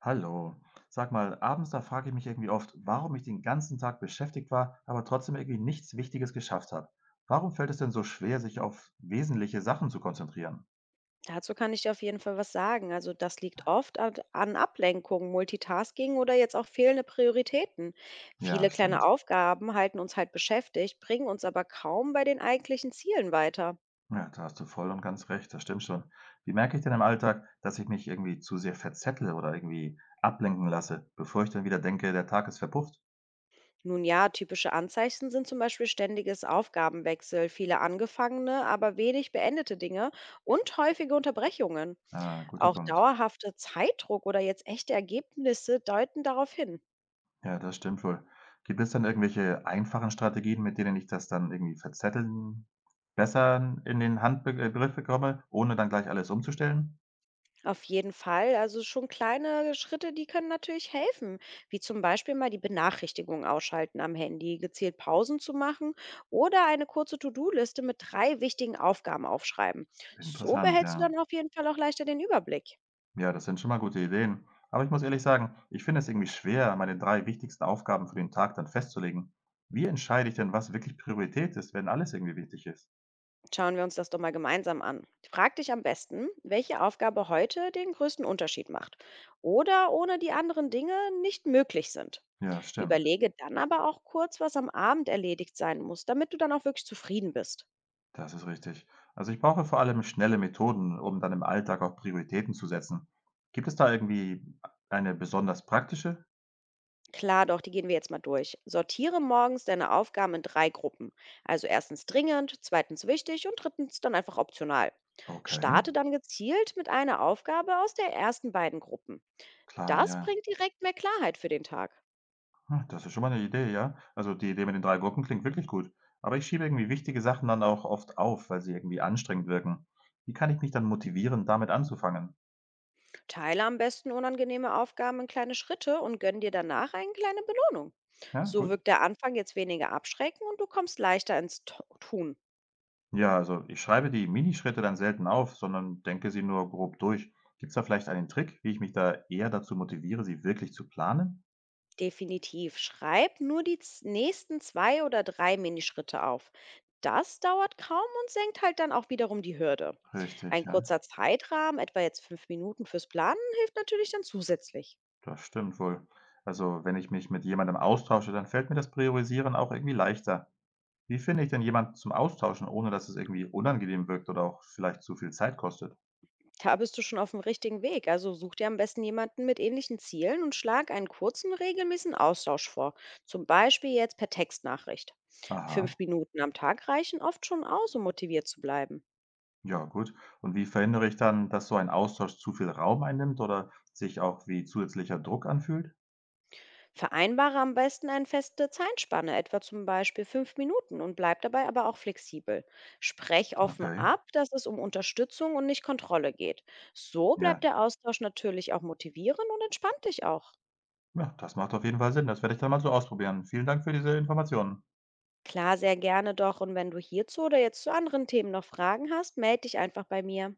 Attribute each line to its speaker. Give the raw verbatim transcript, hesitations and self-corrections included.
Speaker 1: Hallo. Sag mal, abends, da frage ich mich irgendwie oft, warum ich den ganzen Tag beschäftigt war, aber trotzdem irgendwie nichts Wichtiges geschafft habe. Warum fällt es denn so schwer, sich auf wesentliche Sachen zu konzentrieren?
Speaker 2: Dazu kann ich dir auf jeden Fall was sagen. Also das liegt oft an an Ablenkung, Multitasking oder jetzt auch fehlende Prioritäten.
Speaker 1: Ja,
Speaker 2: Viele kleine
Speaker 1: stimmt.
Speaker 2: Aufgaben halten uns halt beschäftigt, bringen uns aber kaum bei den eigentlichen Zielen weiter.
Speaker 1: Ja, da hast du voll und ganz recht, das stimmt schon. Wie merke ich denn im Alltag, dass ich mich irgendwie zu sehr verzettle oder irgendwie ablenken lasse, bevor ich dann wieder denke, der Tag ist verpufft?
Speaker 2: Nun ja, typische Anzeichen sind zum Beispiel ständiges Aufgabenwechsel, viele angefangene, aber wenig beendete Dinge und häufige Unterbrechungen.
Speaker 1: Ah, guter
Speaker 2: Auch
Speaker 1: Punkt.
Speaker 2: dauerhafter Zeitdruck oder jetzt echte Ergebnisse deuten darauf hin.
Speaker 1: Ja, das stimmt wohl. Gibt es dann irgendwelche einfachen Strategien, mit denen ich das dann irgendwie verzetteln besser in den Handbe äh, bekomme, ohne dann gleich alles umzustellen?
Speaker 2: Auf jeden Fall. Also schon kleine Schritte, die können natürlich helfen, wie zum Beispiel mal die Benachrichtigung ausschalten am Handy, gezielt Pausen zu machen oder eine kurze To-Do-Liste mit drei wichtigen Aufgaben aufschreiben. So
Speaker 1: Interessant,
Speaker 2: behältst du
Speaker 1: ja.
Speaker 2: dann auf jeden Fall auch leichter den Überblick.
Speaker 1: Ja, das sind schon mal gute Ideen. Aber ich muss ehrlich sagen, ich finde es irgendwie schwer, meine drei wichtigsten Aufgaben für den Tag dann festzulegen. Wie entscheide ich denn, was wirklich Priorität ist, wenn alles irgendwie wichtig ist?
Speaker 2: Schauen wir uns das doch mal gemeinsam an. Frag dich am besten, welche Aufgabe heute den größten Unterschied macht oder ohne die anderen Dinge nicht möglich sind.
Speaker 1: Ja, stimmt.
Speaker 2: Überlege dann aber auch kurz, was am Abend erledigt sein muss, damit du dann auch wirklich zufrieden bist.
Speaker 1: Das ist richtig. Also ich brauche vor allem schnelle Methoden, um dann im Alltag auch Prioritäten zu setzen. Gibt es da irgendwie eine besonders praktische?
Speaker 2: Klar doch, die gehen wir jetzt mal durch. Sortiere morgens deine Aufgaben in drei Gruppen. Also erstens dringend, zweitens wichtig und drittens dann einfach optional.
Speaker 1: Okay,
Speaker 2: Starte dann gezielt mit einer Aufgabe aus der ersten beiden Gruppen.
Speaker 1: klar,
Speaker 2: Das
Speaker 1: ja.
Speaker 2: bringt direkt mehr Klarheit für den Tag.
Speaker 1: Ah, das ist schon mal eine Idee, ja. Also, die Idee mit den drei Gruppen klingt wirklich gut. Aber ich schiebe irgendwie wichtige Sachen dann auch oft auf, weil sie irgendwie anstrengend wirken. Wie kann ich mich dann motivieren, damit anzufangen?
Speaker 2: Teile am besten unangenehme Aufgaben in kleine Schritte und gönn dir danach eine kleine Belohnung.
Speaker 1: Ja,
Speaker 2: So
Speaker 1: gut.
Speaker 2: wirkt der Anfang jetzt weniger abschreckend und du kommst leichter ins Tu- Tun.
Speaker 1: Ja, also ich schreibe die Minischritte dann selten auf, sondern denke sie nur grob durch. Gibt es da vielleicht einen Trick, wie ich mich da eher dazu motiviere, sie wirklich zu planen?
Speaker 2: Definitiv. Schreib nur die z- nächsten zwei oder drei Minischritte auf. Das dauert kaum und senkt halt dann auch wiederum die Hürde. Ein
Speaker 1: Richtig, ja.
Speaker 2: kurzer Zeitrahmen, etwa jetzt fünf Minuten fürs Planen, hilft natürlich dann zusätzlich.
Speaker 1: Das stimmt wohl. Also, wenn ich mich mit jemandem austausche, dann fällt mir das Priorisieren auch irgendwie leichter. Wie finde ich denn jemanden zum Austauschen, ohne dass es irgendwie unangenehm wirkt oder auch vielleicht zu viel Zeit kostet?
Speaker 2: Da bist du schon auf dem richtigen Weg. Also such dir am besten jemanden mit ähnlichen Zielen und schlag einen kurzen, regelmäßigen Austausch vor. Zum Beispiel jetzt per Textnachricht.
Speaker 1: Aha,
Speaker 2: Fünf Minuten am Tag reichen oft schon aus, um motiviert zu bleiben.
Speaker 1: ja gut. Und wie verhindere ich dann, dass so ein Austausch zu viel Raum einnimmt oder sich auch wie zusätzlicher Druck anfühlt?
Speaker 2: Vereinbare am besten eine feste Zeitspanne, etwa zum Beispiel fünf Minuten und bleib dabei aber auch flexibel. Sprech offen
Speaker 1: Okay,
Speaker 2: ab, dass es um Unterstützung und nicht Kontrolle geht. So bleibt
Speaker 1: ja.
Speaker 2: der Austausch natürlich auch motivierend und entspannt dich auch.
Speaker 1: Ja, das macht auf jeden Fall Sinn. Das werde ich dann mal so ausprobieren. Vielen Dank für diese Informationen.
Speaker 2: Klar, sehr gerne doch. Und wenn du hierzu oder jetzt zu anderen Themen noch Fragen hast, melde dich einfach bei mir.